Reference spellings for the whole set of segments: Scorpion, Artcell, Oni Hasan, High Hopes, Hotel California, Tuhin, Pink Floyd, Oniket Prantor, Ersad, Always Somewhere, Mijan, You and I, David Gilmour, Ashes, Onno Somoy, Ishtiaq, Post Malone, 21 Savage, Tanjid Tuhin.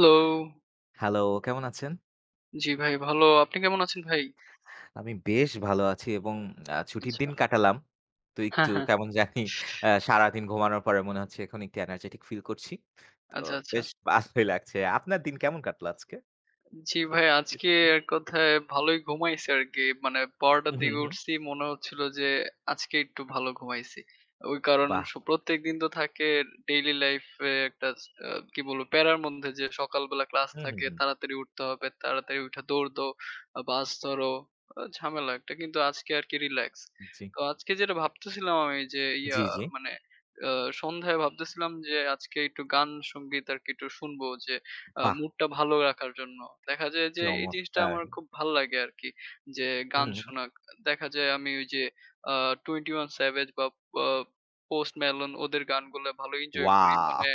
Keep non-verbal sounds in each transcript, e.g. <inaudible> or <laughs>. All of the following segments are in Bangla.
হ্যালো! হ্যালো, কেমন আছেন? জি ভাই ভালো। আপনি কেমন আছেন ভাই? আমি বেশ ভালো আছি এবং ছুটির আচ্ছা। দিন কাটালাম। তো হ্যাঁ, একটু হ্যাঁ। কেমন জানি সারাদিন ঘুমানোর পরে মনে হচ্ছে এখন একটু এনার্জেটিক ফিল করছি। তো আচ্ছা, আচ্ছা। বেশ ভালোই লাগছে। আপনার দিন কেমন কাটলো আজকে? জি ভাই, আজকে এক কথায় ভালোই ঘুমাইছি আরকি। মানে ১২:০০ র হুম, হুম, দিকে হুম। উঠছি। মনে হচ্ছিল যে আজকে একটু ভালো ঘুমাইছি। ওই কারণ বাহ! প্রত্যেকদিন তো থাকে ডেইলি লাইফ এ একটা কি বলবো প্যারার মধ্যে যে সকালবেলা ক্লাস হুম, হুম, থাকে, হুম। তাড়াতাড়ি উঠতে হবে, তাড়াতাড়ি উঠে দৌড় দাও, বাস ধরো, ঝামেলা একটা। কিন্তু আজকে আরকি রিল্যাক্স। জি, তো আজকে যেটা ভাবতেছিলাম আমি যে জি, জি। মানে আ সন্ধ্যায় ভাবতেছিলাম যে আজকে একটু গান সংগীত আরকি একটু শুনবো যে বাহ! মুডটা ভালো রাখার জন্য। দেখা যায় যে এই জিনিসটা চমৎকার! আমার খুব ভাল লাগে আরকি। যে গান হুম, হুম। শোনা। দেখা যায় আমি ওই যে আ 21 Savage বা আ Post Malone ওদের গানগুলো ভালো এনজয় করি। ওয়াও! মানে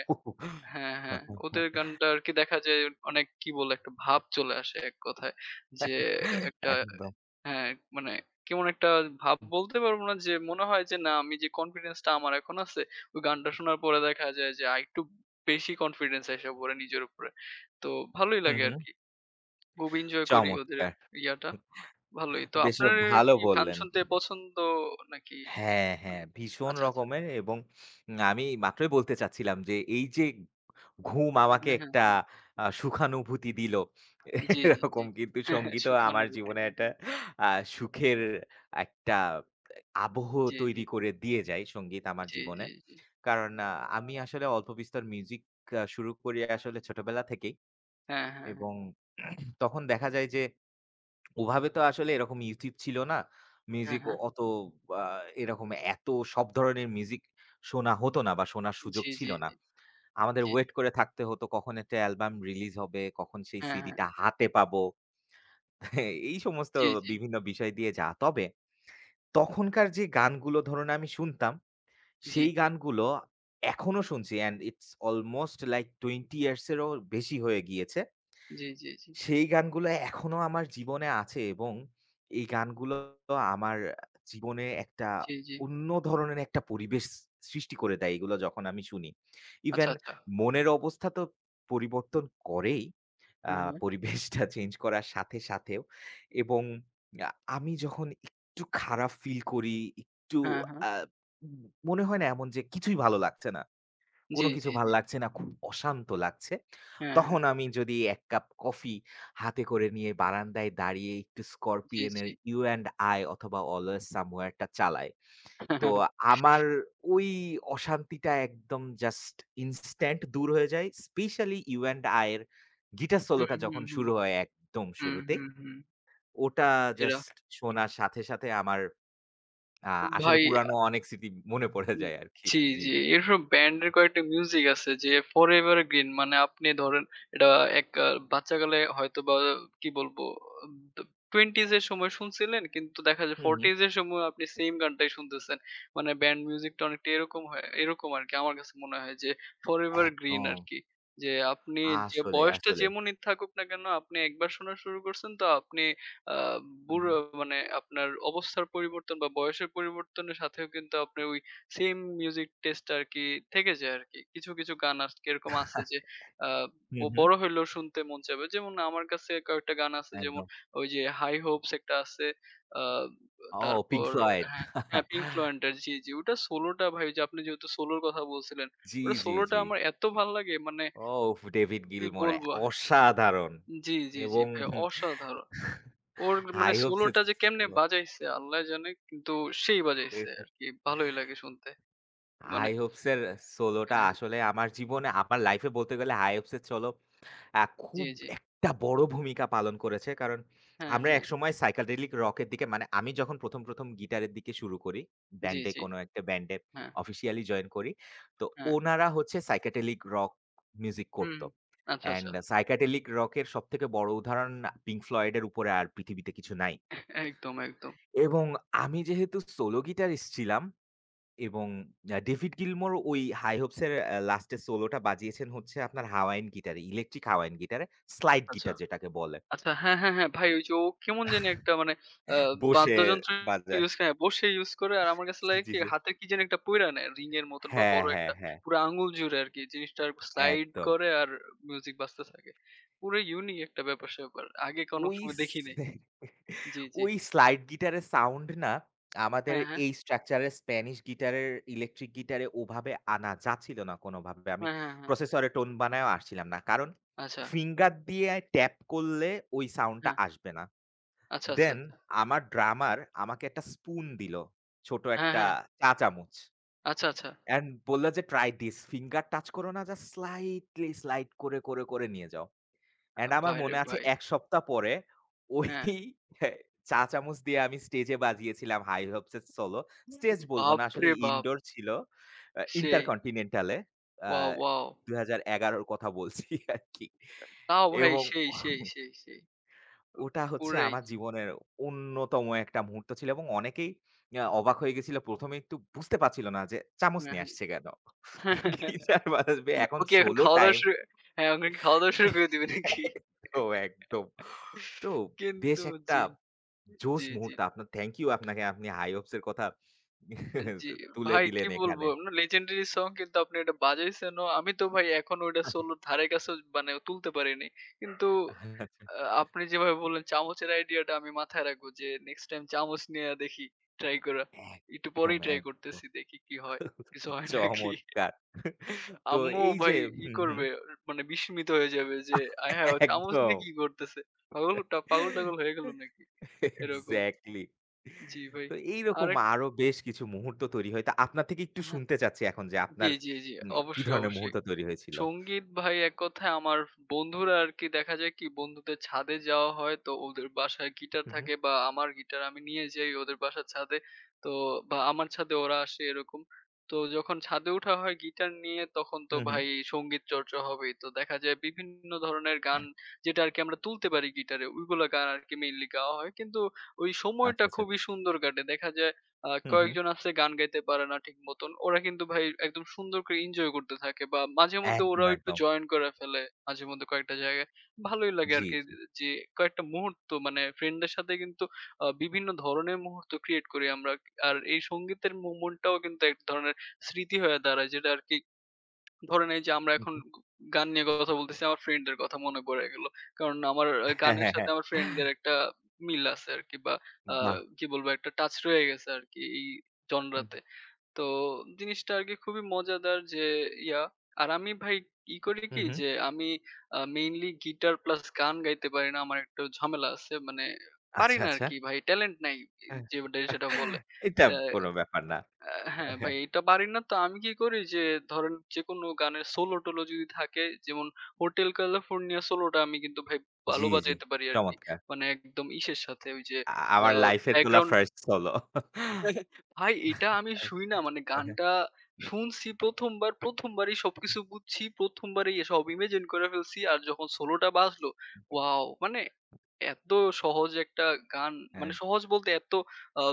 হ্যাঁ, হ্যাঁ। ওদের <laughs> গানটা আরকি দেখা যায় অনেক কি বলে একটা ভাব চলে আসে এক কথায়। যে একটা একদম। হ্যাঁ, মানে কেমন একটা ভাব বলতে পারবো না যে মনে হয় যে না আমি যে কনফিডেন্স টা আমার এখন আছে ওই গানটা শোনার পরে দেখা যায় যে আরেকটু বেশি কনফিডেন্স এসে পড়ে নিজের উপরে। তো ভালোই হুম, লাগে হুম। আরকি। খুব এনজয় করি ওদের চমৎকার! ইয়াটা। ভালোই। তো বেশ আপনার ভালো কি গান বললেন। শুনতে পছন্দ নাকি? হ্যাঁ, হুম। হ্যাঁ, ভীষণ আচ্ছা, আচ্ছা। রকমের এবং আমি মাত্রই বলতে চাচ্ছিলাম যে এই যে ঘুম আমাকে হ্যাঁ, হ্যাঁ। একটা সুখানুভূতি দিল। জি, জি, জি। এরকম <laughs> কিন্তু হ্যাঁ, হ্যাঁ, সঙ্গীতও আমার সুখানুভূতি। জীবনে একটা আ সুখের একটা আবহ জি, জি, তৈরি করে দিয়ে যায় সংগীত আমার জি, জীবনে। জি, জি। কারণ আমি আসলে অল্প বিস্তর মিউজিক শুরু করি আসলে ছোটবেলা থেকেই হ্যাঁ, হ্যাঁ, হ্যাঁ। এবং তখন দেখা যায় যে ওভাবে তো আসলে এরকম YouTube ছিল না। হ্যাঁ, মিউজিক হ্যাঁ। অত আ এরকম এত সব ধরনের মিউজিক শোনা হতো না বা শোনার সুযোগ জি, জি, ছিল না। জি, আমাদের জি। ওয়েট করে থাকতে হতো কখন একটা অ্যালবাম রিলিজ হবে, কখন সেই হ্যাঁ, হ্যাঁ। সিডিটা হাতে পাবো। <laughs> এই সমস্ত জি, জি, বিভিন্ন বিষয় দিয়ে যা। তবে তখনকার যে গানগুলো ধরুন আমি শুনতাম, জি, সেই গানগুলো এখনো শুনছি and it's almost like 20 years এরও বেশি হয়ে গিয়েছে। জি, জি, জি, সেই গানগুলো এখনো আমার জীবনে আছে এবং এই গানগুলো আমার জীবনে একটা জি, জি। অন্য ধরনের একটা পরিবেশ সৃষ্টি করে দেয় এগুলো যখন আমি শুনি। আচ্ছা, ইভেন আচ্ছা। মনের অবস্থা তো পরিবর্তন করেই, আ হ্যাঁ, হ্যাঁ। পরিবেশটা <laughs> চেঞ্জ করার সাথে, সাথেও এবং আ আমি যখন একটু খারাপ ফিল করি, একটু হ্যাঁ, হ্যাঁ। আ মনে হয় না এমন যে কিছুই ভালো লাগছে না। জি, কোনো কিছু জি, ভাল জি। লাগছে না, খুব অশান্ত লাগছে। হ্যাঁ, হ্যাঁ। তখন আমি যদি ১ কাপ কফি হাতে করে নিয়ে বারান্দায় দাঁড়িয়ে একটু জি, Scorpion জি। এর 'You and I' অথবা 'Always Somewhere' টা চালাই। তো <laughs> আমার ওই অশান্তিটা একদম জাস্ট ইনস্ট্যান্ট দূর হয়ে যায়। স্পেশালি 'You and I' এর গিটার হ্যাঁ, সোলোটা হ্যাঁ। হুম, হুম, যখন হুম। শুরু হয় একদম হুম, শুরুতেই, হুম, হুম। ওটা এরা জাস্ট শোনার সাথে, সাথে আমার আ আসলে ভাই পুরানো অনেক স্মৃতি মনে পড়ে উম যায় আরকি। জি, জি, জি। জি। এরকম ব্যান্ডের কয়েকটা মিউজিক আছে যে Forever Green মানে আপনি ধরেন এটা এক বাচ্চাকালে হয়তোবা কি বলবো দ 20s এর সময় শুনছিলেন কিন্তু দেখা যায় হুম, হুম। 40s এর সময় আপনি সেইম গানটাই শুনতেছেন। মানে ব্যান্ড মিউজিকটা অনেকটা এরকম হয় এরকম আরকি আমার কাছে মনে হয় যে Forever Green একদম। আরকি। যে আপনি যে আসলে, বয়সটা আসলে। যেমনই থাকুক না কেন আপনি একবার শোনা শুরু করছেন তো আপনি আ হু, হু। বুড়ো মানে আপনার অবস্থার পরিবর্তন বা বয়সের পরিবর্তনের সাথেও কিন্তু আপনি ওই সেম মিউজিক টেস্ট আরকি থেকে যায় আরকি। কিছু, কিছু গান আজকে এরকম আছে যে আ হু, হু। বড় হইলেও শুনতে মন চাইবে। যেমন আমার কাছে কয়েকটা গান আছে যেমন একদম। ওই যে 'High Hopes' একটা আছে। আ ও Pink তারপর Floyd হ্যাঁ, হ্যাঁ, 'Pink Floyd' এর জি, জি। ওটা সোলোটা ভাই ওইযে আপনি যেহেতু সোলোর কথা বলছিলেন, জি, ওটা জি, সোলোটা জি। আমার এত ভাল লাগে মানে ওফ! David কি Gilmour এ বলবো অসাধারণ জি, জি, জি এবং ভাই অসাধারণ। ওর মানে High Hopes এর সোলোটা যে <laughs> কেমনে সোলো বাজাইছে আল্লাহ জানে কিন্তু সেই বাজাইছে আরকি। ভালোই লাগে শুনতে। মানে High Hopes এর সোলোটা হ্যাঁ, হ্যাঁ। আসলে আমার জীবনে আমার লাইফ এ বলতে গেলে High Hopes এর সোলো জি, খুব জি। একটা বড় ভূমিকা পালন করেছে। কারণ হ্যাঁ, আমরা হ্যাঁ। একসময় সাইকেডেলিক রক এর দিকে মানে আমি যখন ১ম গিটারের দিকে শুরু করি, জি, ব্যান্ডে জি। কোনো একটা ব্যান্ডে হ্যাঁ, অফিসিয়ালি জয়েন করি। তো হ্যাঁ। ওনারা হচ্ছে সাইকেডেলিক রক মিউজিক হুম। করত। আচ্ছা, আচ্ছা। অ্যান্ড সাইকেডেলিক রক এর সবথেকে বড় উদাহরণ পিঙ্ক ফ্লয়েড এর উপরে আর পৃথিবীতে কিছু নাই। একদম, একদম। এবং আমি যেহেতু সোলো গিটারিস্ট ছিলাম এবং 'ডেভিড গিলমোর' ওই 'হাই হোপস' এর লাস্টের সোলোটা বাজিয়েছেন হচ্ছে আপনার হাওয়াইন গিটারে, ইলেকট্রিক হাওয়াইন গিটারে, স্লাইড আচ্ছা। গিটার যেটাকে বলে। আচ্ছা। হ্যাঁ, হ্যাঁ, হ্যাঁ। ভাই ওই যে ও কেমন জানি একটা মানে আ বসে বাদ্যযন্ত্র বাজায়। ইউজ করে হ্যাঁ, বসে ইউজ করে আর আমার কাছে জি, লাগে জি, কি জি। হাতে কি যেন একটা পইড়া নেয় রিং এর মতন বা হ্যাঁ, বড় হ্যাঁ, একটা হ্যাঁ, পুরা আঙুল জুড়ে আরকি জিনিসটা স্লাইড একদম। করে আর মিউজিক বাজতে থাকে। পুরো ইউনিক একটা ব্যাপার-স্যাপার। আগে কোনো ওই সময় দেখি নাই। স্যা জি, জি। ওই স্লাইড গিটারের সাউন্ড না আমাদের হ্যাঁ, হ্যাঁ। এই স্ট্রাকচারে স্প্যানিশ গিটারের, ইলেকট্রিক গিটারে ওভাবে আনা যাচ্ছিল না কোনোভাবে। আমি হ্যাঁ, হ্যাঁ, হ্যাঁ। প্রসেসরে টোন বানায়ও আসছিলাম না। কারণ আচ্ছা। ফিঙ্গার দিয়ে ট্যাপ করলে ওই সাউন্ডটা হ্যাঁ। আসবে না। আচ্ছা, আচ্ছা, দেন আচ্ছা। আমার ড্রামার আমাকে একটা স্পুন দিল। ছোট হ্যাঁ, একটা হ্যাঁ। চা চামচ। আচ্ছা, আচ্ছা। অ্যান্ড বলল যে, "ট্রাই দিস। ফিঙ্গার টাচ করো না। জাস্ট স্লাইটলি স্লাইড করে, করে, করে নিয়ে যাও।" অ্যান্ড আমার ভাইরে মনে আছে ভাই! ১ সপ্তাহ পরে ওই হ্যাঁ। চা চামচ দিয়ে আমি স্টেজে বাজিয়েছিলাম হাই হপস-এর সোলো। স্টেজ বলব না আসলে বাপরে বাপ! ইনডোর ছিল। সেই। ইন্টারকন্টিনেন্টাল এ। আ ওয়াও, ওয়াও! ২০১১ র কথা বলছি আরকি। তাও ভাই এবং সেই, সেই, সেই, সেই। ওটা হচ্ছে পুরাই। আমার জীবনের অন্যতম একটা মুহূর্ত ছিল এবং অনেকেই অবাক হয়ে গেছিল। ১ম এ একটু বুঝতে পারছিল না যে চামচ হ্যাঁ, নিয়ে হ্যাঁ। আসছে কেন? গিটার বাজাবে ও এখন কি এখন সোলো খাওয়া-দাওয়া টাইম শুরু হ্যাঁ, এখন কি খাওয়া-দাওয়া শুরু করে দিবে নাকি? একদম, একদম। তো বেশ কিন্তু একটা জি, জোশ জি, জি। মুহূর্ত আপনার থ্যাংক ইউ আপনাকে আপনি হাই হপস এর কথা জি, তুলে ভাই কি দিলেন বলবো? এখানে। না legendary song কিন্তু আপনি এটা বাজাইছেনও। আমি তো ভাই এখনো ওইটা সোলোর ধারে কাছেও মানে তুলতে পারিনি। কিন্তু আ আপনি যেভাবে বললেন চামচের আইডিয়াটা আমি মাথায় রাখবো যে নেক্সট টাইম চামচ নিয়ে দেখি ট্রাই করা। একটু একদম, পরেই ট্রাই একদম। করতেছি দেখি কি হয়। কিছু হয় নাকি? চমৎকার। তো আম্মু এই ভাই যে ই হুম, হুম। করবে মানে বিস্মিত হয়ে যাবে যে আয় হায়! ও চামচ একদম। নিয়ে কি করতেছে? পাগল টা পাগল-টাগল হয়ে গেল নাকি? এরকম। এক্সাক্টলি। জি ভাই। তো এইরকম আরেক আরো বেশ কিছু মুহূর্ত তৈরি হয়। তা আপনার থেকে একটু হ্যাঁ। শুনতে চাচ্ছি এখন যে জি, আপনার জি, জি। কি অবশ্যই, ধরনের অবশ্যই। মুহূর্ত তৈরি হয়েছিল? সঙ্গীত ভাই এক কথায় আমার বন্ধুরা আরকি দেখা যায় কি বন্ধুদের ছাদে যাওয়া হয়। তো ওদের বাসায় গিটার হুম, হুম। থাকে বা আমার গিটার আমি নিয়ে যাই ওদের বাসার ছাদে। তো বা আমার ছাদে ওরা আসে এরকম। তো যখন ছাদে ওঠা হয় গিটার নিয়ে তখন তো হুম, হুম। ভাই সঙ্গীত চর্চা হবেই। তো দেখা যায় বিভিন্ন ধরনের গান যেটা আরকি আমরা তুলতে পারি গিটারে ওইগুলা গান আরকি মেইনলি গাওয়া হয়। কিন্তু ওই সময়টা আচ্ছা, আচ্ছা। খুবই সুন্দর কাটে। দেখা যায় হুম, হুম। কয়েকজন আছে গান গাইতে পারে না ঠিক মতন। ওরা কিন্তু ভাই একদম সুন্দর করে এনজয় করতে থাকে বা মাঝে মধ্যে একদম, ওরাও একটু একদম। জয়েন করে ফেলে। মাঝে মধ্যে কয়েকটা জায়গায়। ভালোই লাগে জি, আরকি জি। যে কয়েকটা মুহূর্ত মানে ফ্রেন্ডদের সাথে কিন্তু বিভিন্ন ধরনের মুহূর্ত ক্রিয়েট করি আমরা। আর এই সঙ্গীতের মোমেন্টটাও কিন্তু এক ধরনের স্মৃতি হয়ে দাঁড়ায় যেটা আরকি ধরেন এই যে আমরা হুম, এখন হুম। গান নিয়ে কথা বলতেছি, আমার ফ্রেন্ডদের কথা মনে পড়ে গেল। কারণ আমার হ্যাঁ, গানের হ্যাঁ, সাথে হ্যাঁ। আমার ফ্রেন্ডদের একটা মিল আছে আরকি বা আ বাহ! কি বলবো একটা টাচ রয়ে গেছে আরকি এই হুম, জনরাতে। তো জিনিসটা আরকি খুবই মজাদার যে ইয়া আর আমি ভাই ই করি হুম, কি হুম। যে আমি আ মেইনলি গিটার প্লাস গান গাইতে পারি না। আমার একটু ঝামেলা আছে। মানে পারি আচ্ছা, না আচ্ছা। আরকি ভাই ট্যালেন্ট নাই হ্যাঁ। যেটা, যেটা বলে। এটা অ্যা কোনো ব্যাপার না। আ হ্যাঁ ভাই হ্যাঁ। এটা পারি না। তো আমি কি করি যে ধরেন যেকোনো গানের সোলো টোলো যদি থাকে যেমন 'হোটেল ক্যালিফোর্নিয়া' সোলোটা আমি কিন্তু ভাই ভালো জি, জি। বাজাইতে পারি আরকি। চমৎকার। মানে একদম ইসের সাথে ওই যে আ আ আমার লাইফের তোলা ব্যাকগ্রাউন্ড ফার্স্ট সোলো। ভাই এটা আমি শুনি না মানে হ্যাঁ, হ্যাঁ। গানটা শুনছি ১ম বার, ১ম বারই সবকিছু বুঝছি, ১ম বারেই সব ইমাজিন করে ফেলছি। আর যখন সোলোটা বাজলো, ওয়াও! মানে এত সহজ একটা গান মানে সহজ বলতে এত আ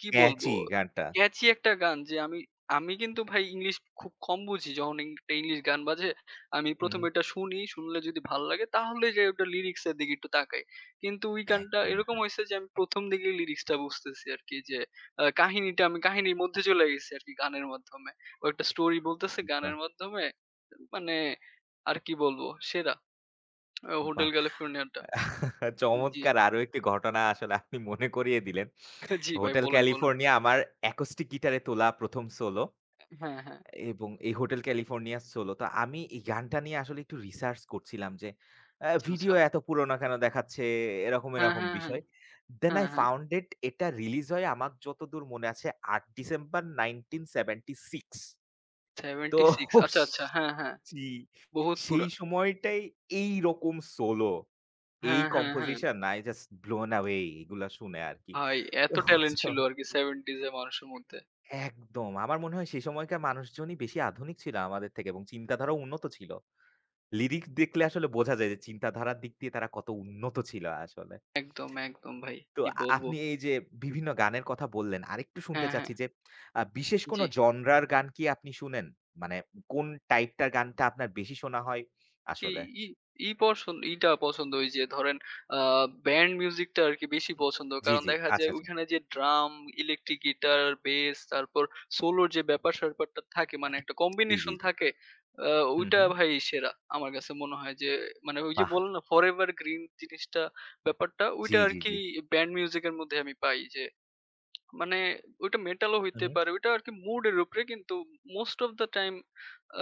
কি বলবো? ক্যাচি গানটা। ক্যাচি একটা গান যে আমি আমি কিন্তু ভাই ইংলিশ খুব কম বুঝি। যখন একটা ইংলিশ গান বাজে, আমি হুম, ১ম হুম। এটা শুনি, শুনলে যদি ভাল লাগে তাহলে যাই ওটা লিরিক্স এর দিকে একটু তাকাই। কিন্তু ওই গানটা একদম, এরকম একদম। হইছে যে আমি ১ম দিকেই লিরিক্সটা বুঝতেছি আরকি যে কাহিনীটা আমি কাহিনীর মধ্যে চলে গেছি আরকি গানের মাধ্যমে। ও একটা স্টোরি বলতেছে বাহ! গানের মাধ্যমে। মানে আর কি বলবো? সেরা। 'হোটেল বাহ! ক্যালিফোর্নিয়াটা'। <laughs> জি, চমৎকার আরো একটি ঘটনা আসলে আপনি মনে করিয়ে দিলেন। <laughs> জি ভাই হোটেল বলেন, বলেন। ক্যালিফোর্নিয়া আমার অ্যাকোস্টিক গিটারে তোলা ১ম সোলো হ্যাঁ, হ্যাঁ। এবং এই হোটেল ক্যালিফোর্নিয়া সোলো। তো আমি এই গানটা নিয়ে আসলে একটু রিসার্চ করছিলাম যে আচ্ছা, আচ্ছা। ভিডিও এত পুরনো কেন দেখাচ্ছে এরকম, হ্যাঁ, এরকম হ্যাঁ, হ্যাঁ। বিষয়। দেন হ্যাঁ, I হ্যাঁ। found it এটা রিলিজ হয় আমার যতদূর মনে আছে ৮ ডিসেম্বর 1976 তো 76 আচ্ছা, আচ্ছা। হ্যাঁ, হ্যাঁ। জি, বহুত সেই পুরান। সময়টাই এইরকম সোলো, এই হ্যাঁ, হ্যাঁ, হ্যাঁ। Composition I just blown away এগুলা শুনে আরকি। ভাই এত ট্যালেন্ট তো ছিল আরকি 70s এ মানুষের মধ্যে। একদম। আমার মনে হয় সেই সময়কার মানুষজনই বেশি আধুনিক ছিল আমাদের থেকে এবং চিন্তাধারাও উন্নত ছিল। লিরিক্স দেখলে আসলে বোঝা যায় যে চিন্তাধারার দিক দিয়ে তারা কত উন্নত ছিল আসলে। একদম, একদম ভাই। তো কি বলবো? আপনি এই যে বিভিন্ন গানের কথা বললেন, আরেকটু শুনতে হ্যাঁ, হ্যাঁ। চাচ্ছি যে বিশেষ জি। কোনো জনরার গান কি আপনি শুনেন? মানে কোন টাইপটার গানটা আপনার বেশি শোনা হয় আরকি আসলে? ই ই পছন্দ ইটা পছন্দ ওই যে ধরেন আ ব্যান্ড মিউজিকটা আরকি বেশি পছন্দ। জি, কারণ জি। দেখা আচ্ছা, যায় আচ্ছা। ওইখানে যে ড্রাম, ইলেকট্রিক গিটার, বেস তারপর সোলোর যে ব্যাপার-স্যাপারটা থাকে মানে একটা জি, জি, কম্বিনেশন জি। থাকে আ হুম, ওইটা হুম। ভাই সেরা। আমার কাছে মনে হয় যে মানে ওই যে বাহ! বললাম না ফরএভার গ্রিন জিনিসটা ব্যাপারটা ওইটা জি, জি, আরকি জি। ব্যান্ড মিউজিক এর মধ্যে আমি পাই যে মানে ওইটা মেটালও হু, হইতে হুম। পারে। ওইটা আরকি মুড এর উপরে কিন্তু মোস্ট অফ দ্যা টাইম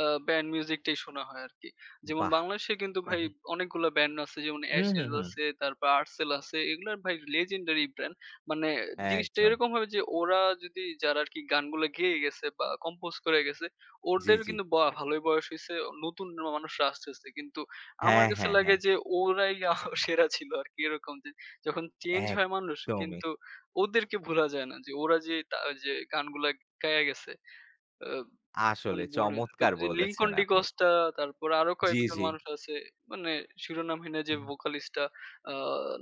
আ ব্যান্ড মিউজিকটাই শোনা হয় আরকি। যেমন বাহ! বাংলাদেশে কিন্তু হু, ভাই হু। অনেকগুলা ব্যান্ড আছে যেমন হুম, অ্যাশেজ হুম, হুম। আছে, তারপর আর্টসেল আছে। এগুলার ভাই legendary ব্র্যান্ড। মানে জিনিসটা একদম। এরকম হবে যে ওরা যদি যারা আরকি গানগুলা গেয়ে গেছে বা কম্পোজ করে গেছে, জি, ওদের জি। কিন্তু ভালোই বয়স হইছে। নতুন মানুষরা আসতেছে। কিন্তু আমার হ্যাঁ, কাছে হ্যাঁ, লাগে হ্যাঁ। যে ওরাই সেরা ছিল আরকি এরকম যে যখন চেঞ্জ হয় মানুষ একদমই। কিন্তু ওদেরকে ভুলা যায় না যে ওরা যে গানগুলা গাইয়া গেছে। আ আসলে মানে ভুলে চমৎকার যে লিংকন বলেছেন আপনি। ডিকোসটা তারপর আরো জি, কয়েকজন জি। মানুষ আছে। মানে শিরোনামহীন যে হুম। ভোকালিস্টটা আ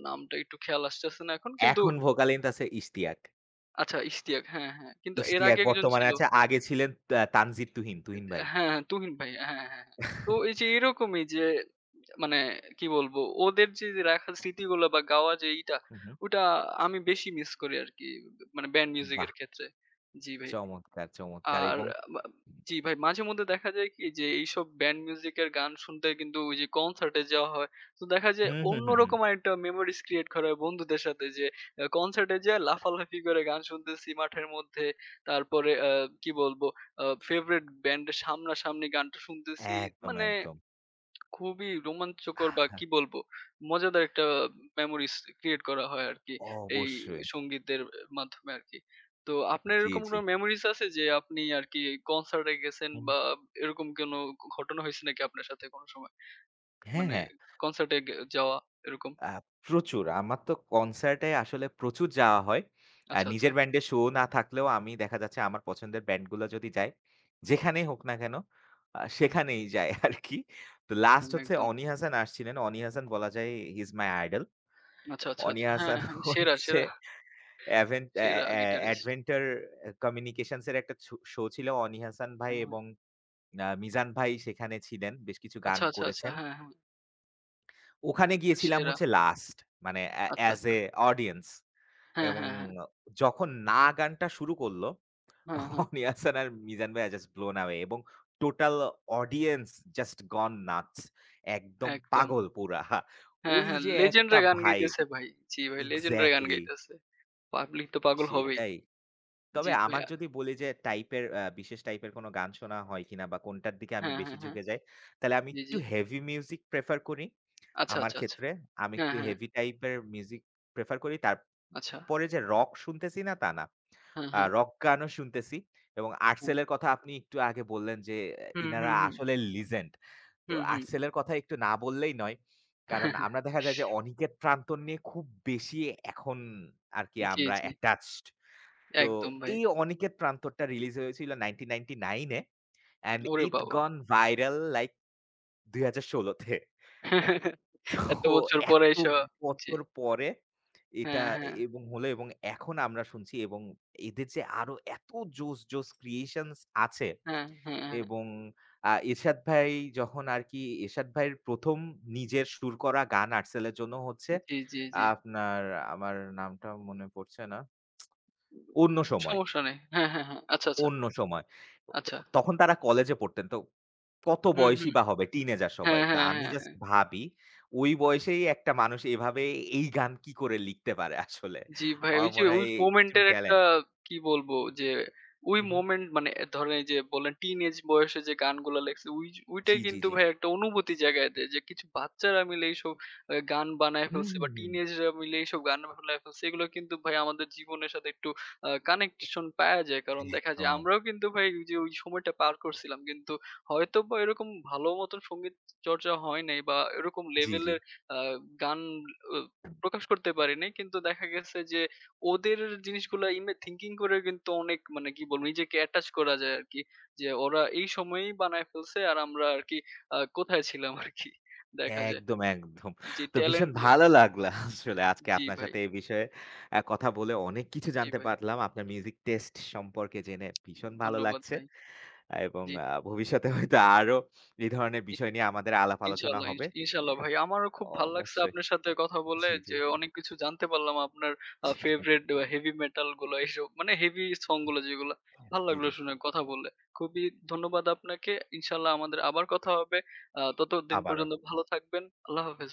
নামটা একটু খেয়াল আসতেছে না এখন। কিন্তু এখন ভোকালিন্ট আছে ইশতিয়াক। আচ্ছা ইশতিয়াক হ্যাঁ, হ্যাঁ। কিন্তু এর ইশতিয়াক আগে একজন বর্তমানে ছিল আছে। আগে ছিলেন তা তানজিদ তুহিন, তুহিন হ্যাঁ, ভাই। হ্যাঁ, তুহিন ভাই। হ্যাঁ, হ্যাঁ, হ্যাঁ। হ্যাঁ। তো এই যে এরকমই যে মানে কি বলবো ওদের যে রাখা স্মৃতিগুলো বা গাওয়া যে এইটা হুম, হুম। ওটা আমি বেশি মিস করি আরকি। মানে ব্যান্ড মিউজিক বাহ! এর ক্ষেত্রে। জি ভাই। চমৎকার আর এবং মা জি ভাই মাঝেমধ্যে দেখা যায় কি যে এইসব ব্যান্ড মিউজিক এর গান শুনতে কিন্তু ওই যে কনসার্টে যাওয়া হয়। তো দেখা যায় হুম, হুম, হুম, হুম। অন্যরকম একটা মেমোরিজ ক্রিয়েট করা হয় বন্ধুদের সাথে যে কনসার্টে যেয়ে লাফালাফি করে গান শুনতেছি মাঠের মধ্যে। তারপরে কি বলবো ফেভারিট ব্যান্ডের সামনাসামনি গানটা শুনতেছি। একদম, মানে একদম। খুবই রোমাঞ্চকর বা কি বলবো? মজাদার একটা মেমোরিস ক্রিয়েট করা হয় আরকি। এই অবশ্যই। সংগীতের মাধ্যমে আরকি। তো আপনার জি, এরকম জি। কোনো মেমোরিস আছে যে আপনি আরকি কনসার্টে গেছেন হুম। বা এরকম কোনো ঘটনা হইছে নাকি আপনার সাথে কোনো সময়? হ্যাঁ, মানে হ্যাঁ। কনসার্টে গে যাওয়া এরকম? আ প্রচুর। আমার তো কনসার্টে আসলে প্রচুর যাওয়া হয়। আচ্ছা, আচ্ছা। নিজের ব্যান্ডের শো না থাকলেও আমি দেখা যাচ্ছে আমার পছন্দের ব্যান্ডগুলো যদি যাই, যেখানেই হোক না কেন, সেখানেই যাই আরকি। তো লাস্ট হচ্ছে একদম। অনি হাসান আসছিলেন। অনি হাসান বলা যায় হি ইস মাই আইডল। আচ্ছা, আচ্ছা, অনি আচ্ছা। হ্যাঁ, হাসান হ্যাঁ। <laughs> সেরা, হচ্ছে সেরা, অ্যাভেন অ্যা সেরা অ্যা গিটারিস্ট। অ্যাডভেঞ্চার কমিউনিকেশনস এর একটা শো শো ছিল। অনি হাসান ভাই হ্যাঁ, হ্যাঁ। এবং মিজান ভাই সেখানে ছিলেন। বেশ কিছু গান আচ্ছা, আচ্ছা, আচ্ছা। করেছেন। হ্যাঁ, হ্যাঁ। ওখানে গিয়েছিলাম সেরা। হচ্ছে লাস্ট মানে আচ্ছা, অ্যাজ আচ্ছা। এ অডিয়েন্স হ্যাঁ, এবং হ্যাঁ, হ্যাঁ। যখন "না" গানটা শুরু করল, হ্যাঁ, হ্যাঁ। অনি হাসান <laughs> আর মিজান ভাই আর জাস্ট ব্লোন অ্যাওয়ে এবং total audience just gone nuts একদম একদম। পাগল পুরা। হ্যাঁ, ওই হ্যাঁ। যে লেজেন্ড একটা রা গান ভাইব গাইতেছে ভাই। জি ভাই, লেজেন্ড রা গান এক্সাক্টলি গাইতেছে। পাবলিক তো পাগল হবেই। সেটাই। তবে জি আমার ভাইয়া। যদি বলি যে টাইপের বিশেষ টাইপের কোনো গান শোনা হয় কিনা বা কোনটার দিকে আমি হ্যাঁ, বেশি হ্যাঁ, হ্যাঁ। ঝুঁকে যাই, তাহলে আমি জি, একটু জি। হেভি মিউজিক প্রেফার করি। আচ্ছা, আমার আচ্ছা, আচ্ছা। ক্ষেত্রে আমি হ্যাঁ, একটু হ্যাঁ। হেভি টাইপের মিউজিক প্রেফার করি। আচ্ছা। তারপরে যে রক শুনতেছি না তা না। হ্যাঁ, হ্যাঁ। হ্যাঁ। রক গানও শুনতেছি এবং হুম। আর্টসেলের কথা আপনি একটু আগে বললেন যে আহ, হুম, ইনারা হুম, হুম। আসলে লিজেন্ড। তো হুম, হুম। আর্টসেলের কথা একটু না বললেই নয়। কারণ আমরা <laughs> দেখা যায় যে অনিকেত প্রান্তন নিয়ে খুব বেশি এখন আরকি জি, আমরা জি। attached। তো একদম ভাই। এই 'অনিকেত প্রান্তরটা রিলিজ হয়েছিল 1999 এ অ্যান্ড ওরে ইট বাবা! গন ভাইরাল লাইক ২০১৬ তে। <laughs> এত তো বছর পরে এত এসব জি। বছর পরে এটা হ্যাঁ, হ্যাঁ। এ- এবং হলো এবং এখন আমরা শুনছি এবং এদের যে আরো এত জোস ক্রিয়েশনস আছে হ্যাঁ, হ্যাঁ, হ্যাঁ। এবং এরশাদ ভাই যখন আরকি এরশাদ ভাইয়ের ১ম নিজের সুর করা গান আর্টসেল এর জন্য হচ্ছে জি, জি, জি। আপনার আমার নামটা মনে পড়ছে না, 'অন্য সময়'। সমস্যা নেই। হ্যাঁ, হ্যাঁ, হ্যাঁ। আচ্ছা, আচ্ছা। অন্য সময়। তো আচ্ছা। তখন তারা কলেজে পড়তেন। তো কত হুম, বয়সী হুম। বা হবে? টিনেজার সবাই। হ্যাঁ, তো হ্যাঁ, আমি হ্যাঁ, জাস্ট হ্যাঁ। ভাবি ওই বয়সেই একটা মানুষ এভাবে এই গান কি করে লিখতে পারে আসলে? জি ভাই আমার ওই যে মনে ওই হয় এক্সট্রিম মোমেন্টের একটা ট্যালেন্ট। কি বলবো যে ওই হু, হু। মোমেন্ট মানে ধরেন এই যে বললেন টিন এজ বয়সে যে গানগুলা লেখছে ওই যে- ওইটাই জি, জি, কিন্তু জি। ভাই একটা অনুভূতি জাগায় দেয় যে কিছু বাচ্চারা মিলে এইসব আহ, গান বানায় হুম, ফেলছে হুম, বা হুম। টিনেজরা মিলে এইসব গান বানায় ফেলছে এগুলো কিন্তু ভাই আমাদের জীবনের সাথে একটু কানেকশন পাওয়া যায় কারণ দেখা যায় একদম। আমরাও কিন্তু ভাই ওই যে ওই সময়টা পার করছিলাম কিন্তু হয়তো বা এরকম ভালো মতন সঙ্গীত চর্চা হয় নাই বা এরকম জি, জি। লেভেলের গান প্রকাশ করতে পারিনি। কিন্তু দেখা গেছে যে ওদের জিনিসগুলা ইমে থিংকিং করে কিন্তু অনেক মানে কি বলবো নিজেকে অ্যাটাচ করা যায় আরকি। যে ওরা এই সময়েই বানায় ফেলছে আর আমরা আরকি কোথায় ছিলাম আরকি। দেখা যায়। একদম, একদম। জি তো ভীষণ ট্যালেন্ট ভালো লাগলো আসলে আজকে জি আপনার ভাই, সাথে এই বিষয়ে কথা বলে অনেক কিছু জি জানতে ভাই। পারলাম। আপনার মিউজিক টেস্ট সম্পর্কে জেনে ভীষণ ভালো ধন্যবাদ লাগছে। ভাই। এবং জি। ভবিষ্যতে হয়তো আরো এই ধরনের বিষয় নিয়ে আমাদের আলাপ আলোচনা হবে। ইনশাল্লাহ ভাই। আমারও খুব ভাল লাগছে অবশ্যই। আপনার সাথে কথা বলে জি, জি। যে অনেক কিছু জানতে পারলাম আপনার জি, ধন্যবাদ। ফেভারেট হেভি মেটাল গুলো এইসব মানে হেভি সং গুলো যেগুলা। ভাল জি, লাগলো জি। শুনে কথা বলে। খুবই ধন্যবাদ আপনাকে। ইনশাল্লাহ আমাদের আবার কথা হবে। ততদিন আবারও। পর্যন্ত ভালো থাকবেন। আল্লাহ হাফেজ।